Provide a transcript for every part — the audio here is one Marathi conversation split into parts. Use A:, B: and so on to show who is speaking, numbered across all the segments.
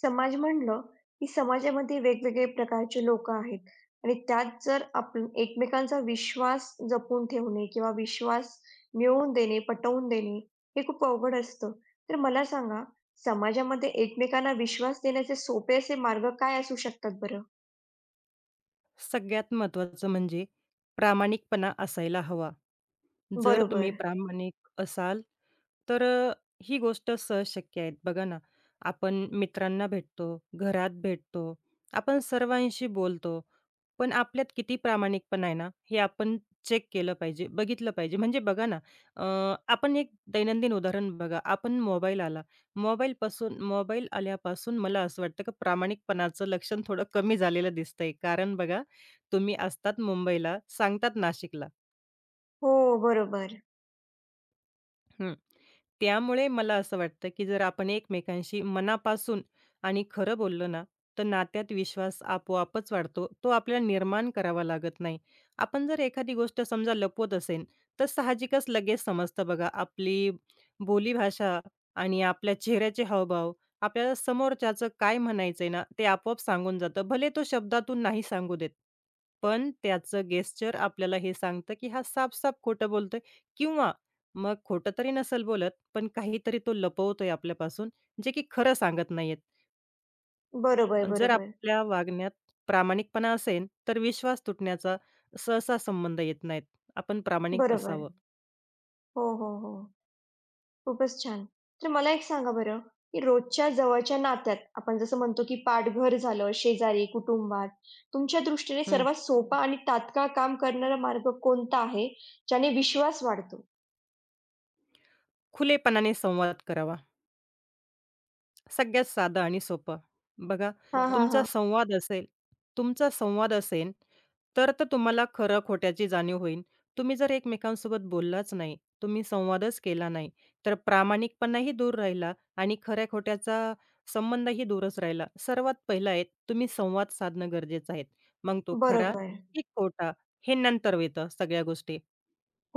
A: समाज म्हणलं, की समाजामध्ये वेगवेगळे प्रकारचे लोकं आहेत आणि त्यात जर आपण एकमेकांचा विश्वास जपून ठेवणे किंवा विश्वास मिळवून देणे, पटवून देणे हे खूप अवघड असतं. तर मला सांगा, समाजामध्ये एकमेकांना विश्वास देण्याचे सोपे असे मार्ग काय असू शकतात बरं?
B: सगळ्यात महत्त्वाचं म्हणजे प्रामाणिकपणा असायला हवा. जर तुम्ही
A: बरोबर.
B: प्रामाणिक असाल, तर ही गोष्ट सहज शक्य आहे. बघा ना, आपण मित्रांना भेटतो, घरात भेटतो, आपण सर्वांशी बोलतो. पण आपल्यात किती प्रामाणिकपणा आहे ना, हे आपण चेक केलं पाहिजे, बघितलं पाहिजे. म्हणजे बघा ना, अ, आपण एक दैनंदिन उदाहरण बघा. आपण मोबाईल आला. मोबाईल आल्यापासून मला असं वाटतं की प्रामाणिकपणाचं लक्षण थोडं कमी झालेलं दिसतंय. कारण बघा, तुम्ही असतात मुंबईला, सांगतात नाशिकला.
A: हो, बरोबर.
B: हं. त्यामुळे मला असं वाटतं, की जर आपण एकमेकांशी मनापासून आणि खरं बोललो ना, तर नात्यात विश्वास आपोआपच वाढतो. तो आपल्याला निर्माण करावा लागत नाही. आपण जर एखादी गोष्ट समजा लपवत असेन, तर साहजिकच लगेच समजतं बघा. आपली बोलीभाषा आणि आपल्या चेहऱ्याचे हावभाव आपल्याला समोरच्याचं काय म्हणायचंय ना, ते आपोआप सांगून जातं. भले तो शब्दातून नाही सांगू देत, पण त्याचं गेस्चर आपल्याला हे सांगतं, की हा साफ-साफ खोटं बोलतोय किंवा मग खोटं तरी नसेल बोलत, पण काहीतरी तो लपवतोय आपल्यापासून, जे की खरं सांगत नाहीयेत.
A: बरोबर,
B: अन्
A: बरोबर.
B: जर
A: बरोबर.
B: आपल्या वागण्यात प्रामाणिकपणा असेल, तर विश्वास तुटण्याचा सहसा संबंध येत नाहीत. आपण प्रामाणिक
A: बरोबर.
B: असावं.
A: हो, हो, हो. खूपच छान. तर मला एक सांगा बरं, की रोजच्या जवळच्या नात्यात आपण जसं म्हणतो, की पाठघर झालं, शेजारी, कुटुंबात, तुमच्या दृष्टीने
B: हं.
A: सर्वात सोपा आणि तात्काळ काम करणारा मार्ग कोणता आहे, ज्याने विश्वास वाढतो?
B: खुलेपणाने संवाद करावा. सगळ्यात साधं आणि सोपं. बघा तुमचा
A: हां,
B: संवाद असेल तुमचा संवाद असेल, तर तर तुम्हाला खरं-खोट्याची जाणीव होईल. तुम्ही जर एकमेकांसोबत बोललाच नाही, तुम्ही संवादच केला नाही, तर प्रामाणिकपणाही दूर राहिला आणि खऱ्या-खोट्याचा संबंधही दूरच राहिला. सर्वात पहिलं आहे तुम्ही संवाद साधणं गरजेचं आहे. मग तो खरा
A: बरोबर.
B: की खोटा हे नंतर येतं सगळ्या गोष्टी.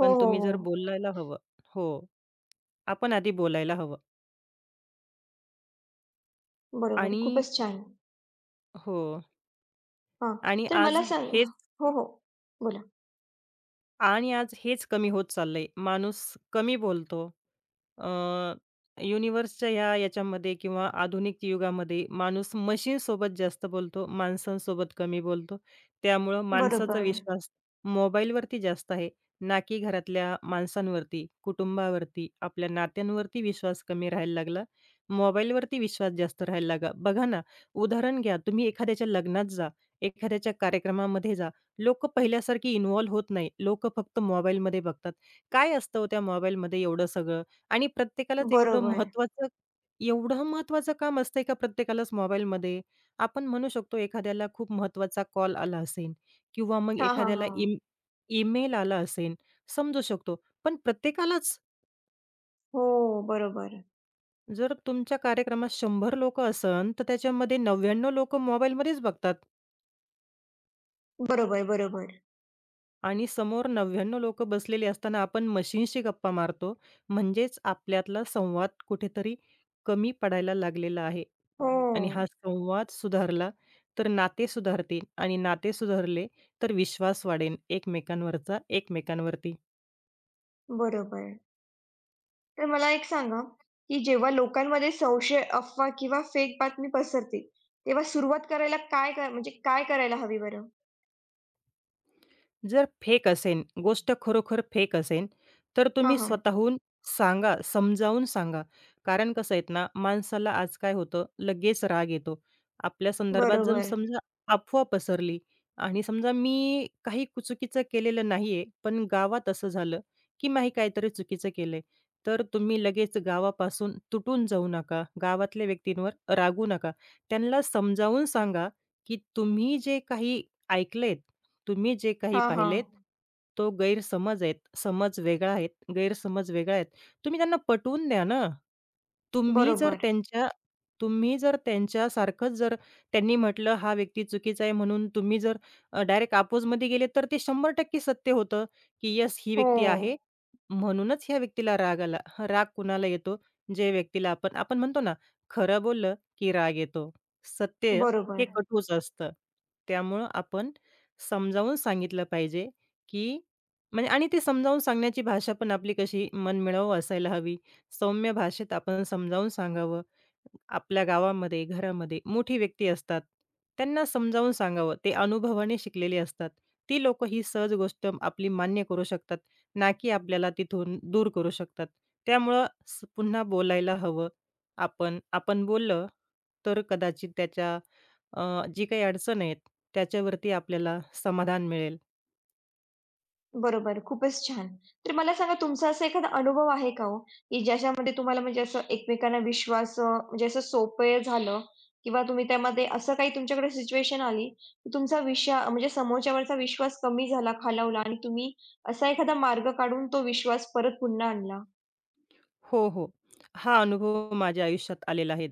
A: हां, बरोबर. हो, हो,
B: तुम्ही जर
A: हो.
B: बोलायला हवं. हो, आपण आधी बोलायला हवं
A: बरोबर.
B: आणि
A: खूपच छान.
B: हो.
A: हां,
B: आणि
A: तर
B: आज
A: मला सांग
B: हेच
A: हो, हो. बोला.
B: आणि आज हेच कमी होत चाललंय. माणूस कमी बोलतो. अ, युनिव्हर्सच्या ह्या याच्यामध्ये किंवा आधुनिक युगामध्ये माणूस मशीनसोबत जास्त बोलतो, माणसांसोबत कमी बोलतो. त्यामुळं माणसाचा
A: बरोबर,
B: विश्वास मोबाईलवरती जास्त आहे, ना की घरातल्या माणसांवरती, कुटुंबावरती, आपल्या नात्यांवरती विश्वास कमी राहायला लागला. मोबाईलवरती विश्वास जास्त राहायला लागला. बघा ना, उदाहरण घ्या, तुम्ही एखाद्याच्या लग्नात जा, एखाद्याच्या कार्यक्रमामध्ये जा. लोकं पहिल्यासारखी इन्व्हॉल्व होत नाही. लोक फक्त मोबाईलमध्ये बघतात. काय असतं हो त्या मोबाईलमध्ये एवढं सगळं? आणि प्रत्येकालाच
A: बरोबर.
B: एवढं महत्त्वाचं काम असतंय का प्रत्येकालाच मोबाईलमध्ये? आपण म्हणू शकतो एखाद्याला खूप महत्त्वाचा कॉल आला असेल किंवा मग
A: हां, हां,
B: एखाद्याला
A: हां.
B: ईमेल आला असेल, समजू शकतो. पण प्रत्येकालाच
A: हो, बरोबर.
B: जर तुमच्या कार्यक्रमात 100 लोकं असन, तर त्याच्यामध्ये 99 लोकं मोबाईलमध्येच बघतात.
A: बरोबर, बरोबर.
B: आणि समोर 99 लोक बसलेली असताना आपण मशीनशी गप्पा मारतो, म्हणजेच आपल्यातला संवाद कुठेतरी कमी पडायला लागलेला आहे.
A: हो,
B: आणि हा संवाद सुधारला तर नाते सुधारतील आणि नाते सुधारले तर विश्वास वाढेल एकमेकांवरचा एकमेकांवरती.
A: बरोबर. तर मला एक सांगा, की जेव्हा लोकांमध्ये संशय, अफवा किंवा फेक बातमी पसरते, तेव्हा सुरुवात करायला काय कर म्हणजे काय करायला हवी बरं?
B: जर फेक असेन, गोष्ट खरोखर फेक असेन, तर
A: हां,
B: तुम्ही
A: हां.
B: स्वतःहून सांगा, समजावून सांगा. कारण कसं आहेत ना, माणसाला आज काय होतं, लगेच राग येतो. आपल्या संदर्भात जर
A: बरोबर.
B: समजा अफवा पसरली आणि समजा मी काही चुकीचं केलेलं नाहीये, पण गावात असं झालं, की मी काहीतरी चुकीचं केलंय. तर तुम्ही लगेच गावापासून तुटून जाऊ नका. गावातल्या व्यक्तींवर रागवू नका. त्यांना समजावून सांगा, की तुम्ही जे काही ऐकलेत तुम्ही जे काही
A: हां, हां.
B: पाहिलेत, तो गैरसमज आहेत. समज वेगळा आहेत, गैरसमज वेगळा आहेत. तुम्ही त्यांना पटवून द्या ना. तुम्ही जर
A: बरोबर.
B: त्यांच्या तुम्ही जर त्यांच्यासारखंच जर त्यांनी म्हटलं, हा व्यक्ती चुकीचा आहे म्हणून तुम्ही जर डायरेक्ट अपोजमध्ये गेले, तर ते 100% सत्य होतं, की येस ही
A: हो,
B: व्यक्ती आहे.
A: हो.
B: म्हणूनच ह्या व्यक्तीला राग आला. हा राग कुणाला येतो? जे व्यक्तीला आपण आपण म्हणतो ना, खरं बोललं की राग येतो. सत्य हे
A: बरोबर.
B: कटूच असतं. त्यामुळं आपण समजावून सांगितलं पाहिजे, की म्हणजे आणि ते समजावून सांगण्याची भाषा पण आपली कशी मनमिळाऊ असायला हवी. सौम्य भाषेत आपण समजावून सांगावं. आपल्या गावामध्ये, घरामध्ये मोठी व्यक्ती असतात. त्यांना समजावून सांगावं. ते अनुभवाने शिकलेले असतात. ती लोकं ही सहज गोष्ट आपली मान्य करू शकतात, ना की आपल्याला तिथून दूर करू शकतात. त्यामुळं पुन्हा बोलायला हवं आपण. आपण बोललं तर कदाचित त्याच्या जी काही अडचण आहेत त्याच्यावरती आपल्याला समाधान मिळेल.
A: बरोबर, खूपच छान. तर मला सांगा तुमचा असा एखादा अनुभव आहे का हो, की ज्याच्यामध्ये तुम्हाला म्हणजे असं एकमेकांना विश्वास म्हणजे असं सोपं झालं किंवा तुम्ही त्यामध्ये असं काही तुमच्याकडे सिच्युएशन आली, की तुमचा विश्वा म्हणजे समोरच्यावरचा विश्वास कमी झाला, खालावला आणि तुम्ही असा एखादा मार्ग काढून तो विश्वास परत पुन्हा आणला?
B: हो, हो. हा अनुभव माझ्या आयुष्यात आलेला आहे.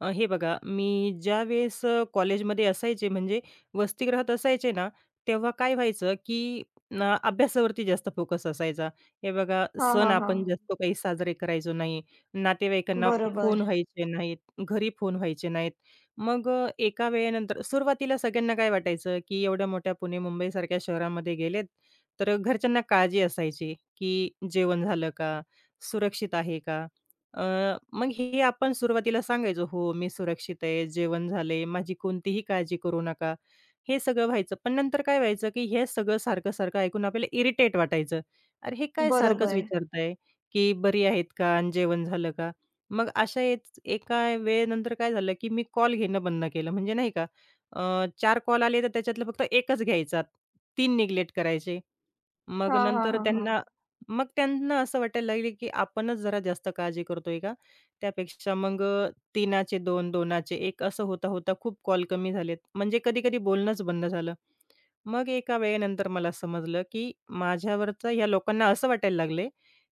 B: हे बघा, मी ज्यावेळेस कॉलेजमध्ये असायचे म्हणजे वसतिगृहात असायचे ना, तेव्हा काय व्हायचं, की ना अभ्यासावरती जास्त फोकस असायचा. हे बघा,
A: हां,
B: सण
A: हां,
B: आपण
A: हां.
B: जास्त काही साजरे करायचो नाही. नातेवाईकांना फोन
A: बरोबर,
B: व्हायचे नाहीत, घरी फोन व्हायचे नाहीत. मग एका वेळेनंतर सुरुवातीला सगळ्यांना काय वाटायचं, की एवढ्या मोठ्या पुणे, मुंबईसारख्या शहरामध्ये गेलेत, तर घरच्यांना काळजी असायची, की जेवण झालं का? सुरक्षित आहे का? मग हे आपण सुरुवातीला सांगायचो, "हो, मी सुरक्षित आहे, जेवण झालंय, माझी कोणतीही काळजी करू नका." हे सगळं व्हायचं. पण नंतर काय व्हायचं, की हे सगळं सारखं-सारखं ऐकून आपल्याला इरिटेट वाटायचं. "अरे, हे काय सारखंच
A: बरोबर.
B: विचारताय, की बरी आहेत का आणि जेवण झालं का?" मग अशा एका वेळेनंतर काय झालं, की मी कॉल घेणं बंद केलं. म्हणजे नाही का, 4 कॉल आले, तर त्याच्यातले फक्त 1च घ्यायचा. 3 निग्लेक्ट करायचे. मग
A: हां, हां,
B: नंतर
A: हां, हां.
B: त्यांना मग त्यांना असं वाटायला लागले, की आपणच जरा जास्त काळजी करतोय का? त्यापेक्षा मग 3चे 2, 2चे 1 असं होता-होता खूप कॉल कमी झालेत. म्हणजे कधी-कधी बोलणंच बंद झालं. मग एका वेळेनंतर मला समजलं, की माझ्यावरचं ह्या लोकांना असं वाटायला लागले,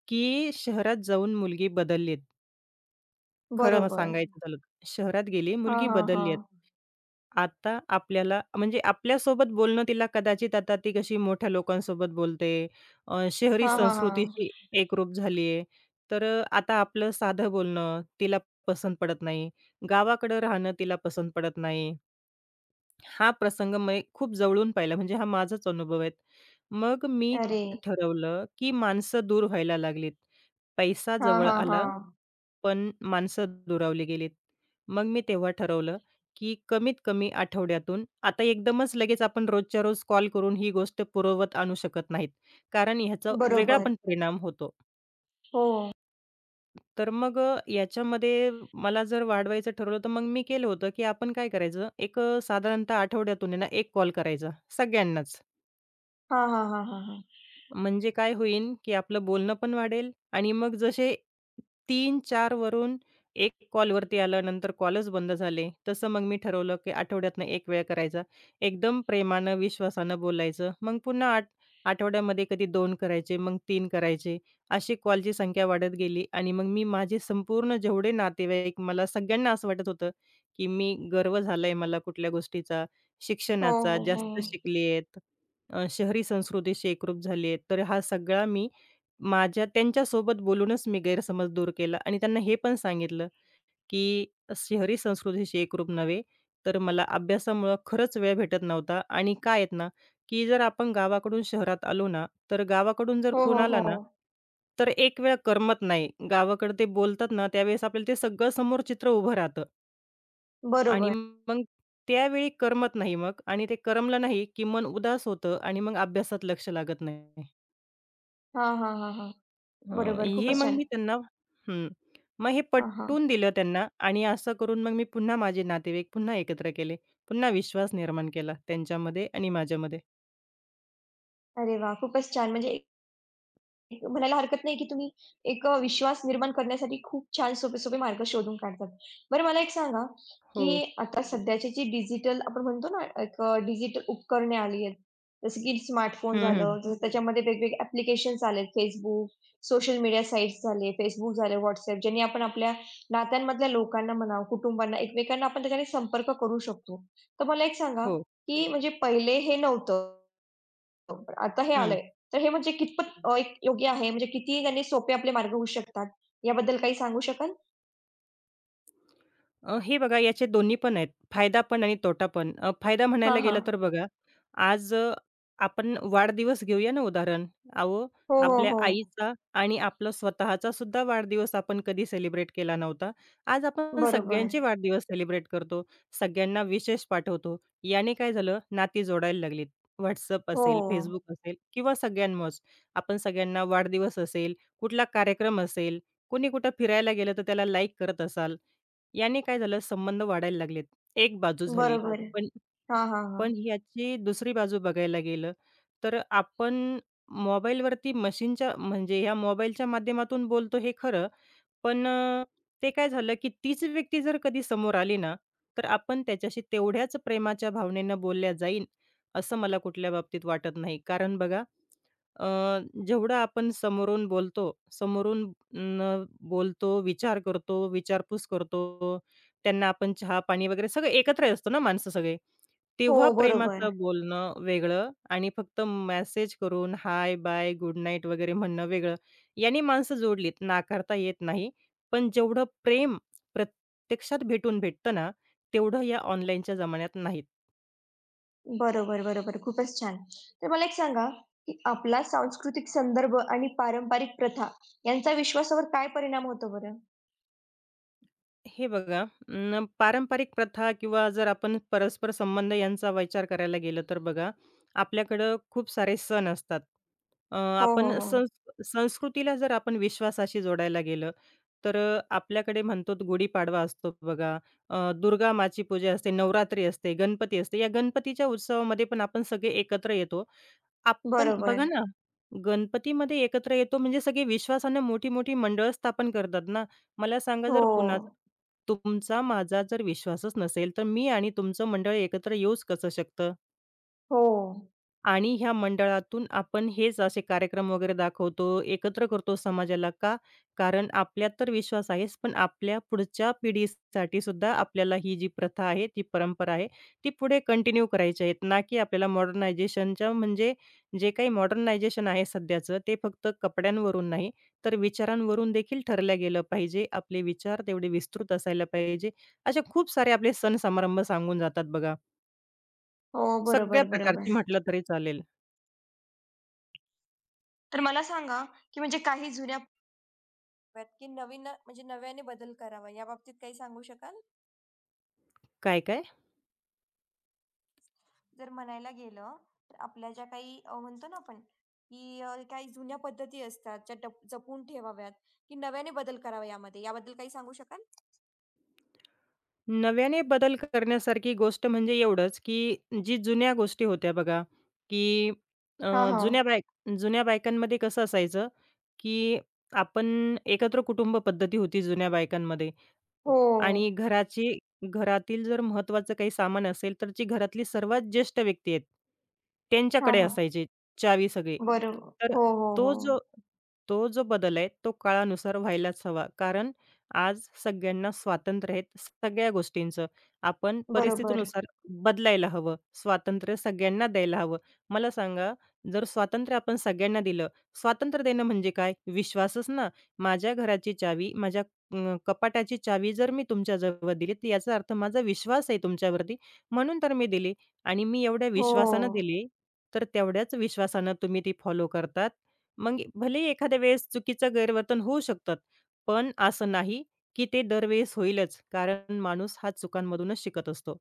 B: की शहरात जाऊन मुलगी बदललीत. खरं
A: बरोबर.
B: सांगायचं झालं तर. शहरात गेली,
A: हां,
B: मुलगी
A: हां,
B: बदलली
A: हां.
B: आता आपल्याला म्हणजे आपल्यासोबत बोलणं तिला कदाचित आता ती कशी मोठ्या लोकांसोबत बोलते. शहरी
A: हां, हां,
B: संस्कृतीशी
A: हां.
B: एकरूप झाली तर आता आपलं साधं बोलणं तिला पसंत पडत नाही. गावाकडं राहणं तिला पसंत पडत नाही. हा प्रसंग मी खूप जवळून पाहिला म्हणजे हा माझाच अनुभव आहे. मग मी
A: अरे!
B: ठरवलं, की माणसं दूर व्हायला लागलीत. पैसा
A: हां,
B: जवळ
A: हां,
B: आला.
A: हां.
B: पण माणसं दुरावली गेलीत. मग मी तेव्हा ठरवलं, की कमीत कमी आठवड्यातून आता एकदमच लगेच आपण रोजच्या रोज कॉल करून ही गोष्ट पूर्ववत आणू शकत नाहीत. कारण ह्याचा वेगळा
A: बरोबर.
B: पण परिणाम होतो.
A: हो.
B: तर मग याच्यामध्ये मला जर वाढवायचं ठरवलं, तर मग मी केलं होतं, की आपण काय करायचं, एक साधारणतः आठवड्यातून आहे ना 1 कॉल करायचा सगळ्यांनाच.
A: हां, हां, हां, हां, हां.
B: म्हणजे काय होईल, की आपलं बोलणं पण वाढेल आणि मग जसे तीन चार वरून 1 कॉलवरती आलं, नंतर कॉलच बंद झाले. तसं मग मी ठरवलं, की आठवड्यातनं एक वेळ करायचा. एकदम प्रेमानं, विश्वासानं बोलायचं. मग पुन्हा आठवड्यामध्ये कधी दोन करायचे, मग 3 करायचे. अशी कॉलची संख्या वाढत गेली आणि मग मी माझे संपूर्ण जेवढे नातेवाईक मला सगळ्यांना असं वाटत होतं, की मी गर्व झालाय मला कुठल्या गोष्टीचा,
A: हो,
B: शिक्षणाचा,
A: हो, हो.
B: जास्त शिकली शहरी संस्कृतीशी एकरूप झाली आहे. तर हा सगळा मी माझ्या त्यांच्यासोबत बोलूनच मी गैरसमज दूर केला आणि त्यांना हे पण सांगितलं, की शहरी संस्कृतीशी एकरूप नव्हे, तर मला अभ्यासामुळं खरंच वेळ भेटत नव्हता आणि काय आहेत ना, की जर आपण गावाकडून शहरात आलो ना, तर गावाकडून जर
A: हो,
B: फोन
A: हो,
B: आला
A: हो.
B: ना, तर एक वेळ करमत नाही. गावाकडे ते बोलतात ना, त्यावेळेस आपल्याला ते सगळं समोर चित्र उभं राहतं. आणि
A: बरोबर.
B: मग त्यावेळी करमत नाही मग आणि ते करमलं नाही, की मन उदास होतं आणि मग अभ्यासात लक्ष लागत नाही.
A: हां, हां, हां, हां.
B: अ,
A: बरोबर.
B: हे
A: खूपच
B: मग मी
A: छान.
B: त्यांना हं. मग हे
A: हां, हां.
B: पटवून दिलं त्यांना आणि असं करून मग मी पुन्हा माझे नातेवाईक पुन्हा एकत्र केले. पुन्हा विश्वास निर्माण केला त्यांच्यामध्ये आणि माझ्यामध्ये.
A: अरे वाह! खूपच छान. म्हणजे एक म्हणायला हरकत नाही, की तुम्ही एक विश्वास निर्माण करण्यासाठी खूप छान सोपे-सोपे मार्ग शोधून काढतात. बरं मला एक सांगा,
B: हो.
A: की आता सध्याची जी डिजिटल आपण म्हणतो ना, एक डिजिटल उपकरणे आली आहेत. जसं की स्मार्टफोन
B: हं, हं.
A: झालं, जसं त्याच्यामध्ये वेगवेगळे ॲप्लिकेशन्स आले Facebook, सोशल मीडिया साइट्स झाले, Facebook झालं, WhatsApp ज्याने आपण आपल्या नात्यांमधल्या लोकांना म्हणा, कुटुंबांना, एकमेकांना आपण त्याच्याने संपर्क करू शकतो. तर मला एक सांगा,
B: हो.
A: की म्हणजे पहिले हे नव्हतं. बरोबर. आता हे आलंय. तर हे म्हणजे कितपत एक योग्य आहे? म्हणजे किती याने सोपे आपले मार्ग होऊ शकतात? याबद्दल काही सांगू शकाल?
B: हे बघा याचे दोन्ही पण आहेत. फायदा पण आणि तोटा पण. फायदा
A: हां,
B: म्हणायला
A: हां.
B: गेलं तर बघा, आज आपण वाढदिवस घेऊया ना उदाहरण. अहो,
A: हो, हो,
B: आपल्या
A: हो.
B: आईचा आणि आपला स्वतःचा सुद्धा वाढदिवस आपण कधी सेलिब्रेट केला नव्हता. आज आपण
A: बरोबर.
B: सगळ्यांचे वाढदिवस सेलिब्रेट करतो. सगळ्यांना विशेष पाठवतो. याने काय झालं, नाती जोडायला लागलीत. WhatsApp
A: हो.
B: असेल, Facebook असेल किंवा सगळ्यांमुळेच. आपण सगळ्यांना वाढदिवस असेल, कुठला कार्यक्रम असेल, कोणी कुठं फिरायला गेलं तर त्याला लाईक करत असाल. याने काय झालं संबंध वाढायला लागलेत. एक बाजू झाली.
A: बरोबर.
B: पण
A: हां, हां, हां.
B: पण ह्याची दुसरी बाजू बघायला गेलं, तर आपण मोबाईलवरती मशीनच्या म्हणजे ह्या मोबाईलच्या माध्यमातून बोलतो हे खरं. पण ते काय झालं, की तीच व्यक्ती जर कधी समोर आली ना, तर आपण त्याच्याशी तेवढ्याच प्रेमाच्या भावनेनं बोलल्या जाईन, असं मला कुठल्या बाबतीत वाटत नाही. कारण बघा, अ, जेवढं आपण समोरून बोलतो, समोरून न बोलतो, विचार करतो, विचारपूस करतो, त्यांना आपण चहा-पाणी वगैरे सगळं एकत्र असतो ना माणसं सगळे.
A: हो,
B: तेव्हा
A: बरोबर.
B: प्रेमाचं बोलणं वेगळं आणि फक्त मेसेज करून हाय, बाय, गुड नाईट वगैरे म्हणणं वेगळं. याने माणसं जोडलीत, नाकारता येत नाही. पण जेवढं प्रेम प्रत्यक्षात भेटून भेटतं ना, तेवढं या ऑनलाईनच्या जमान्यात नाहीत.
A: बरोबर, बरोबर. खूपच छान. तर मला एक सांगा, की आपला सांस्कृतिक संदर्भ आणि पारंपरिक प्रथा यांचा विश्वासावर काय परिणाम होतो बरं?
B: हे बघा पारंपरिक प्रथा किंवा जर आपण परस्पर संबंध यांचा विचार करायला गेलं तर बघा, आपल्याकडं खूप सारे सण असतात. अ,
A: हो, हो,
B: आपण
A: हो.
B: संस संस्कृतीला जर आपण विश्वासाशी जोडायला गेलं, तर आपल्याकडे म्हणतो तो गुढीपाडवा असतो बघा, दुर्गा माची पूजा असते, नवरात्री असते, गणपती असते. या गणपतीच्या उत्सवामध्ये पण आपण सगळे एकत्र येतो आपण बघा
A: बरोबर.
B: ना, गणपतीमध्ये एकत्र येतो म्हणजे सगळे विश्वासाने मोठी-मोठी मंडळं स्थापन करतात ना. मला सांगा
A: हो.
B: जर कुणाचा तुमचा माझा जर विश्वासच नसेल, तर मी आणि तुमचं मंडळ एकत्र येऊच कसं शकतं?
A: हो.
B: आणि ह्या मंडळातून आपण हेच असे कार्यक्रम वगैरे दाखवतो, एकत्र करतो समाजाला. का? कारण आपल्यात तर विश्वास आहेच, पण आपल्या पुढच्या पिढीसाठी सुद्धा आपल्याला ही जी प्रथा आहे, ती परंपरा आहे, ती पुढे कंटिन्यू करायची आहेत. ना की आपल्याला मॉडर्नायझेशनच्या म्हणजे जे काही मॉडर्नायझेशन आहे सध्याचं, ते फक्त कपड्यांवरून नाही, तर विचारांवरून देखील ठरलं गेलं पाहिजे. आपले विचार तेवढे विस्तृत असायला पाहिजे. असे खूप सारे आपले सण समारंभ सांगून जातात बघा.
A: हो.
B: सगळ्या
A: बरोबर, बरोबर.
B: प्रकारची म्हटलं तरी चालेल.
A: तर मला सांगा, की म्हणजे काही जुन्या व्यात की नवीन म्हणजे नव्याने बदल करावा याबाबतीत काही सांगू शकाल?
B: काय, काय?
A: जर म्हणायला गेलं तर आपल्या ज्या काही म्हणतो ना आपण की काही जुन्या पद्धती असतात ज्या जपून ठेवाव्यात की नव्याने बदल करावा यामध्ये याबद्दल काही सांगू शकाल?
B: नव्याने बदल करण्यासारखी गोष्ट म्हणजे एवढंच, की जी जुन्या गोष्टी होत्या बघा, की अ,
A: हां, हां.
B: जुन्या बायक जुन्या बायकांमध्ये कसं असायचं, की आपण एकत्र कुटुंब पद्धती होती जुन्या बायकांमध्ये. आणि
A: हो.
B: घराची घरातील जर महत्त्वाचं काही सामान असेल, तर जी घरातली सर्वात ज्येष्ठ व्यक्ती आहेत,
A: हां,
B: त्यांच्याकडे
A: हां.
B: असायची चावी सगळी.
A: बरो
B: तर
A: हो, हो,
B: तो जो
A: हो.
B: तो जो बदल आहे, तो काळानुसार व्हायलाच हवा. कारण आज सगळ्यांना स्वातंत्र्य आहे सगळ्या गोष्टींचं. आपण
A: बरोबर.
B: परिस्थितीनुसार बदलायला हवं. स्वातंत्र्य सगळ्यांना द्यायला हवं. मला सांगा, जर स्वातंत्र्य आपण सगळ्यांना दिलं, स्वातंत्र्य देणं म्हणजे काय? विश्वासच ना. माझ्या घराची चावी माझ्या अ, कपाटाची चावी जर मी तुमच्याजवळ दिली, तर याचा अर्थ माझा विश्वास आहे तुमच्यावरती, म्हणून तर मी दिली आणि मी एवढ्या विश्वासानं
A: हो.
B: दिली, तर तेवढ्याच विश्वासानं तुम्ही ती फॉलो करतात. मग भले एखाद्या वेळेस चुकीचं गैरवर्तन होऊ शकतात, पण असं नाही की ते दरवेळेस होईलच. कारण माणूस हा चुकांमधूनच शिकत असतो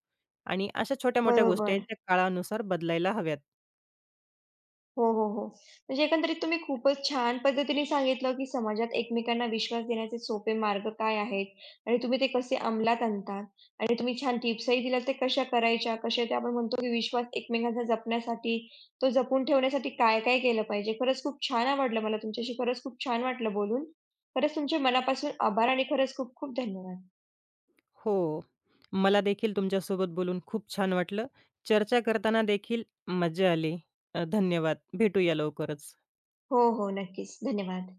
B: आणि अशा छोट्या-मोठ्या गोष्टी आहेत,
A: बरोबर.
B: त्या काळानुसार बदलायला हव्यात.
A: हो, हो, हो. म्हणजे एकंदरीत तुम्ही खूपच छान पद्धतीने सांगितलं, की समाजात एकमेकांना विश्वास देण्याचे सोपे मार्ग काय आहेत आणि तुम्ही ते कसे अंमलात आणतात आणि तुम्ही छान टिप्सही दिल्या ते कशा करायच्या, कशा त्या आपण म्हणतो, की विश्वास एकमेकांचा जपण्यासाठी, तो जपून ठेवण्यासाठी काय-काय केलं पाहिजे. खरंच खूप छान आवडलं मला तुमच्याशी खरंच खूप छान वाटलं बोलून. खरंच तुमचे मनापासून आभार आणि खरंच खूप-खूप धन्यवाद.
B: हो. मला देखील तुमच्यासोबत बोलून खूप छान वाटलं. चर्चा करताना देखील मजा आली. धन्यवाद. भेटूया लवकरच.
A: हो, हो. नक्कीच. धन्यवाद.